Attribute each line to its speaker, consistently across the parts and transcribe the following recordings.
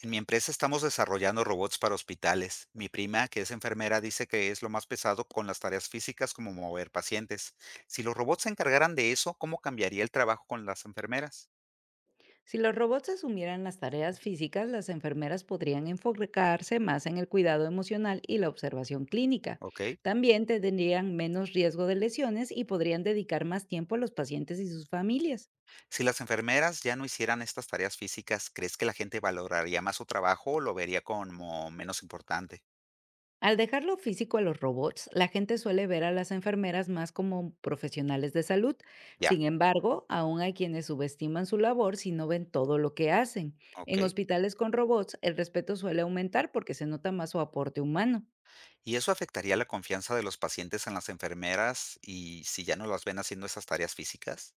Speaker 1: En mi empresa estamos desarrollando robots para hospitales. Mi prima, que es enfermera, dice que es lo más pesado con las tareas físicas como mover pacientes. Si los robots se encargaran de eso, ¿cómo cambiaría el trabajo con las enfermeras?
Speaker 2: Si los robots asumieran las tareas físicas, las enfermeras podrían enfocarse más en el cuidado emocional y la observación clínica.
Speaker 1: ¿Ok?
Speaker 2: También tendrían menos riesgo de lesiones y podrían dedicar más tiempo a los pacientes y sus familias.
Speaker 1: Si las enfermeras ya no hicieran estas tareas físicas, ¿crees que la gente valoraría más su trabajo o lo vería como menos importante?
Speaker 2: Al dejar lo físico a los robots, la gente suele ver a las enfermeras más como profesionales de salud.
Speaker 1: Ya,
Speaker 2: Sin embargo, aún hay quienes subestiman su labor si no ven todo lo que hacen.
Speaker 1: ¿ok?
Speaker 2: En hospitales con robots, el respeto suele aumentar porque se nota más su aporte humano.
Speaker 1: ¿Y eso afectaría la confianza de los pacientes en las enfermeras y si ya no las ven haciendo esas tareas físicas?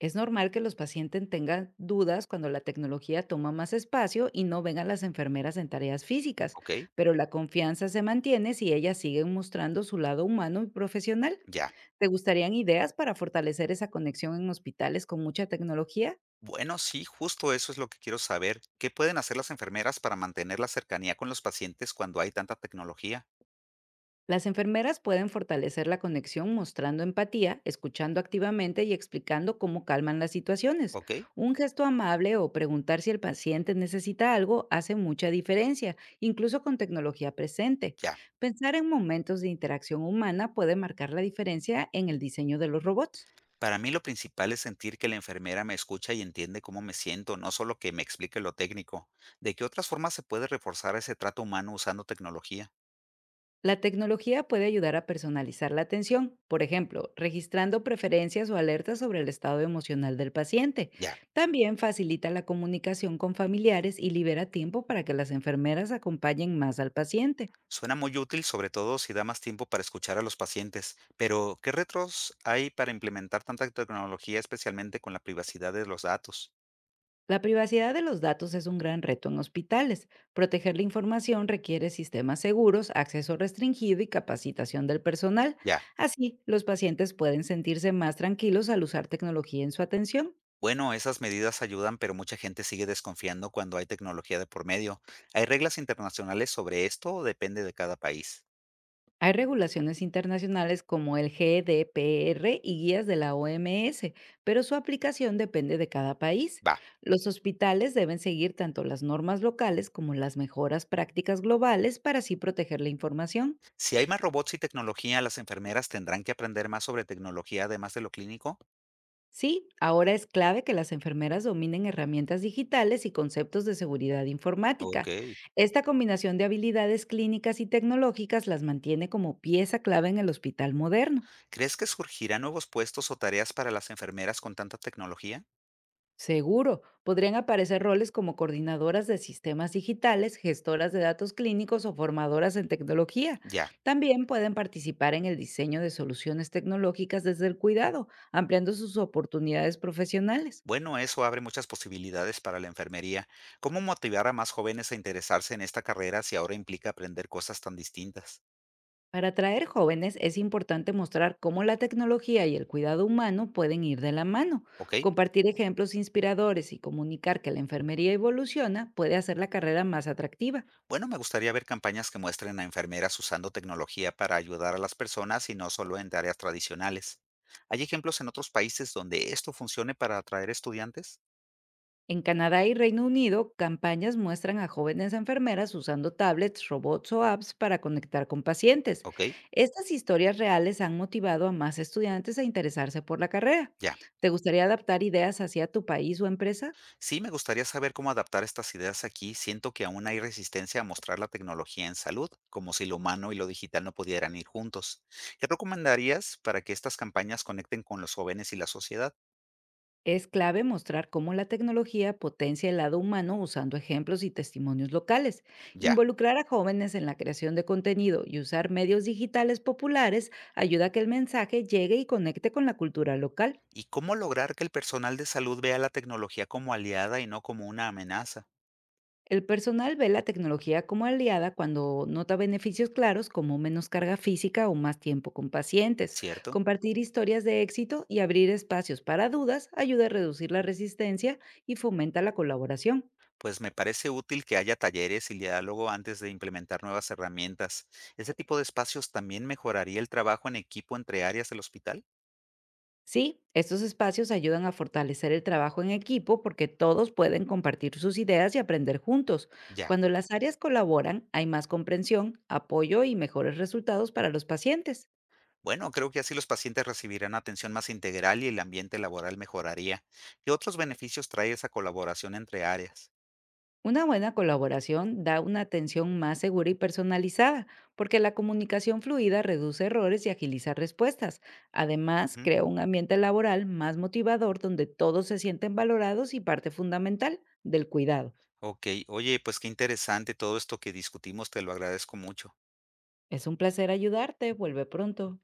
Speaker 2: Es normal que los pacientes tengan dudas cuando la tecnología toma más espacio y no vengan las enfermeras en tareas físicas,
Speaker 1: ¿Ok?
Speaker 2: pero la confianza se mantiene si ellas siguen mostrando su lado humano y profesional.
Speaker 1: Ya.
Speaker 2: ¿Te gustarían ideas para fortalecer esa conexión en hospitales con mucha tecnología?
Speaker 1: Bueno, sí, justo eso es lo que quiero saber. ¿Qué pueden hacer las enfermeras para mantener la cercanía con los pacientes cuando hay tanta tecnología?
Speaker 2: Las enfermeras pueden fortalecer la conexión mostrando empatía, escuchando activamente y explicando cómo calman las situaciones.
Speaker 1: ¿Ok?
Speaker 2: Un gesto amable o preguntar si el paciente necesita algo hace mucha diferencia, incluso con tecnología presente.
Speaker 1: Ya.
Speaker 2: Pensar en momentos de interacción humana puede marcar la diferencia en el diseño de los robots.
Speaker 1: Para mí lo principal es sentir que la enfermera me escucha y entiende cómo me siento, no solo que me explique lo técnico. ¿De qué otras formas se puede reforzar ese trato humano usando tecnología?
Speaker 2: La tecnología puede ayudar a personalizar la atención, por ejemplo, registrando preferencias o alertas sobre el estado emocional del paciente.
Speaker 1: Ya.
Speaker 2: También facilita la comunicación con familiares y libera tiempo para que las enfermeras acompañen más al paciente.
Speaker 1: Suena muy útil, sobre todo si da más tiempo para escuchar a los pacientes. Pero, ¿qué retos hay para implementar tanta tecnología, especialmente con la privacidad de los datos?
Speaker 2: La privacidad de los datos es un gran reto en hospitales. Proteger la información requiere sistemas seguros, acceso restringido y capacitación del personal.
Speaker 1: Ya.
Speaker 2: Así, los pacientes pueden sentirse más tranquilos al usar tecnología en su atención.
Speaker 1: Bueno, esas medidas ayudan, pero mucha gente sigue desconfiando cuando hay tecnología de por medio. ¿Hay reglas internacionales sobre esto o depende de cada país?
Speaker 2: Hay regulaciones internacionales como el GDPR y guías de la OMS, pero su aplicación depende de cada país.
Speaker 1: Va.
Speaker 2: Los hospitales deben seguir tanto las normas locales como las mejoras prácticas globales para así proteger la información.
Speaker 1: Si hay más robots y tecnología, las enfermeras tendrán que aprender más sobre tecnología además de lo clínico.
Speaker 2: Sí, ahora es clave que las enfermeras dominen herramientas digitales y conceptos de seguridad
Speaker 1: Ok.
Speaker 2: informática. Esta combinación de habilidades clínicas y tecnológicas las mantiene como pieza clave en el hospital moderno.
Speaker 1: ¿Crees que surgirán nuevos puestos o tareas para las enfermeras con tanta tecnología?
Speaker 2: Seguro, podrían aparecer roles como coordinadoras de sistemas digitales, gestoras de datos clínicos o formadoras en tecnología.
Speaker 1: Ya.
Speaker 2: También pueden participar en el diseño de soluciones tecnológicas desde el cuidado, ampliando sus oportunidades profesionales.
Speaker 1: Bueno, eso abre muchas posibilidades para la enfermería. ¿Cómo motivar a más jóvenes a interesarse en esta carrera si ahora implica aprender cosas tan distintas?
Speaker 2: Para atraer jóvenes es importante mostrar cómo la tecnología y el cuidado humano pueden ir de la mano.
Speaker 1: Ok.
Speaker 2: Compartir ejemplos inspiradores y comunicar que la enfermería evoluciona puede hacer la carrera más atractiva.
Speaker 1: Bueno, me gustaría ver campañas que muestren a enfermeras usando tecnología para ayudar a las personas y no solo en áreas tradicionales. ¿Hay ejemplos en otros países donde esto funcione para atraer estudiantes?
Speaker 2: En Canadá y Reino Unido, campañas muestran a jóvenes enfermeras usando tablets, robots o apps para conectar con pacientes.
Speaker 1: Ok,
Speaker 2: Estas historias reales han motivado a más estudiantes a interesarse por la carrera.
Speaker 1: ya.
Speaker 2: ¿Te gustaría adaptar ideas hacia tu país o empresa?
Speaker 1: Sí, me gustaría saber cómo adaptar estas ideas aquí. Siento que aún hay resistencia a mostrar la tecnología en salud, como si lo humano y lo digital no pudieran ir juntos. ¿Qué recomendarías para que estas campañas conecten con los jóvenes y la sociedad?
Speaker 2: Es clave mostrar cómo la tecnología potencia el lado humano usando ejemplos y testimonios locales.
Speaker 1: Ya.
Speaker 2: Involucrar a jóvenes en la creación de contenido y usar medios digitales populares ayuda a que el mensaje llegue y conecte con la cultura local.
Speaker 1: ¿Y cómo lograr que el personal de salud vea la tecnología como aliada y no como una amenaza?
Speaker 2: El personal ve la tecnología como aliada cuando nota beneficios claros como menos carga física o más tiempo con pacientes.
Speaker 1: Cierto.
Speaker 2: Compartir historias de éxito y abrir espacios para dudas ayuda a reducir la resistencia y fomenta la colaboración.
Speaker 1: Pues me parece útil que haya talleres y diálogo antes de implementar nuevas herramientas. ¿Ese tipo de espacios también mejoraría el trabajo en equipo entre áreas del hospital?
Speaker 2: Sí, estos espacios ayudan a fortalecer el trabajo en equipo porque todos pueden compartir sus ideas y aprender juntos.
Speaker 1: Ya.
Speaker 2: Cuando las áreas colaboran, hay más comprensión, apoyo y mejores resultados para los pacientes.
Speaker 1: Bueno, creo que así los pacientes recibirán atención más integral y el ambiente laboral mejoraría. ¿Qué otros beneficios trae esa colaboración entre áreas?
Speaker 2: Una buena colaboración da una atención más segura y personalizada, porque la comunicación fluida reduce errores y agiliza respuestas. Además,
Speaker 1: Ujú.
Speaker 2: crea un ambiente laboral más motivador donde todos se sienten valorados y parte fundamental del cuidado.
Speaker 1: Ok, oye, pues qué interesante todo esto que discutimos, te lo agradezco mucho.
Speaker 2: Es un placer ayudarte. Vuelve pronto.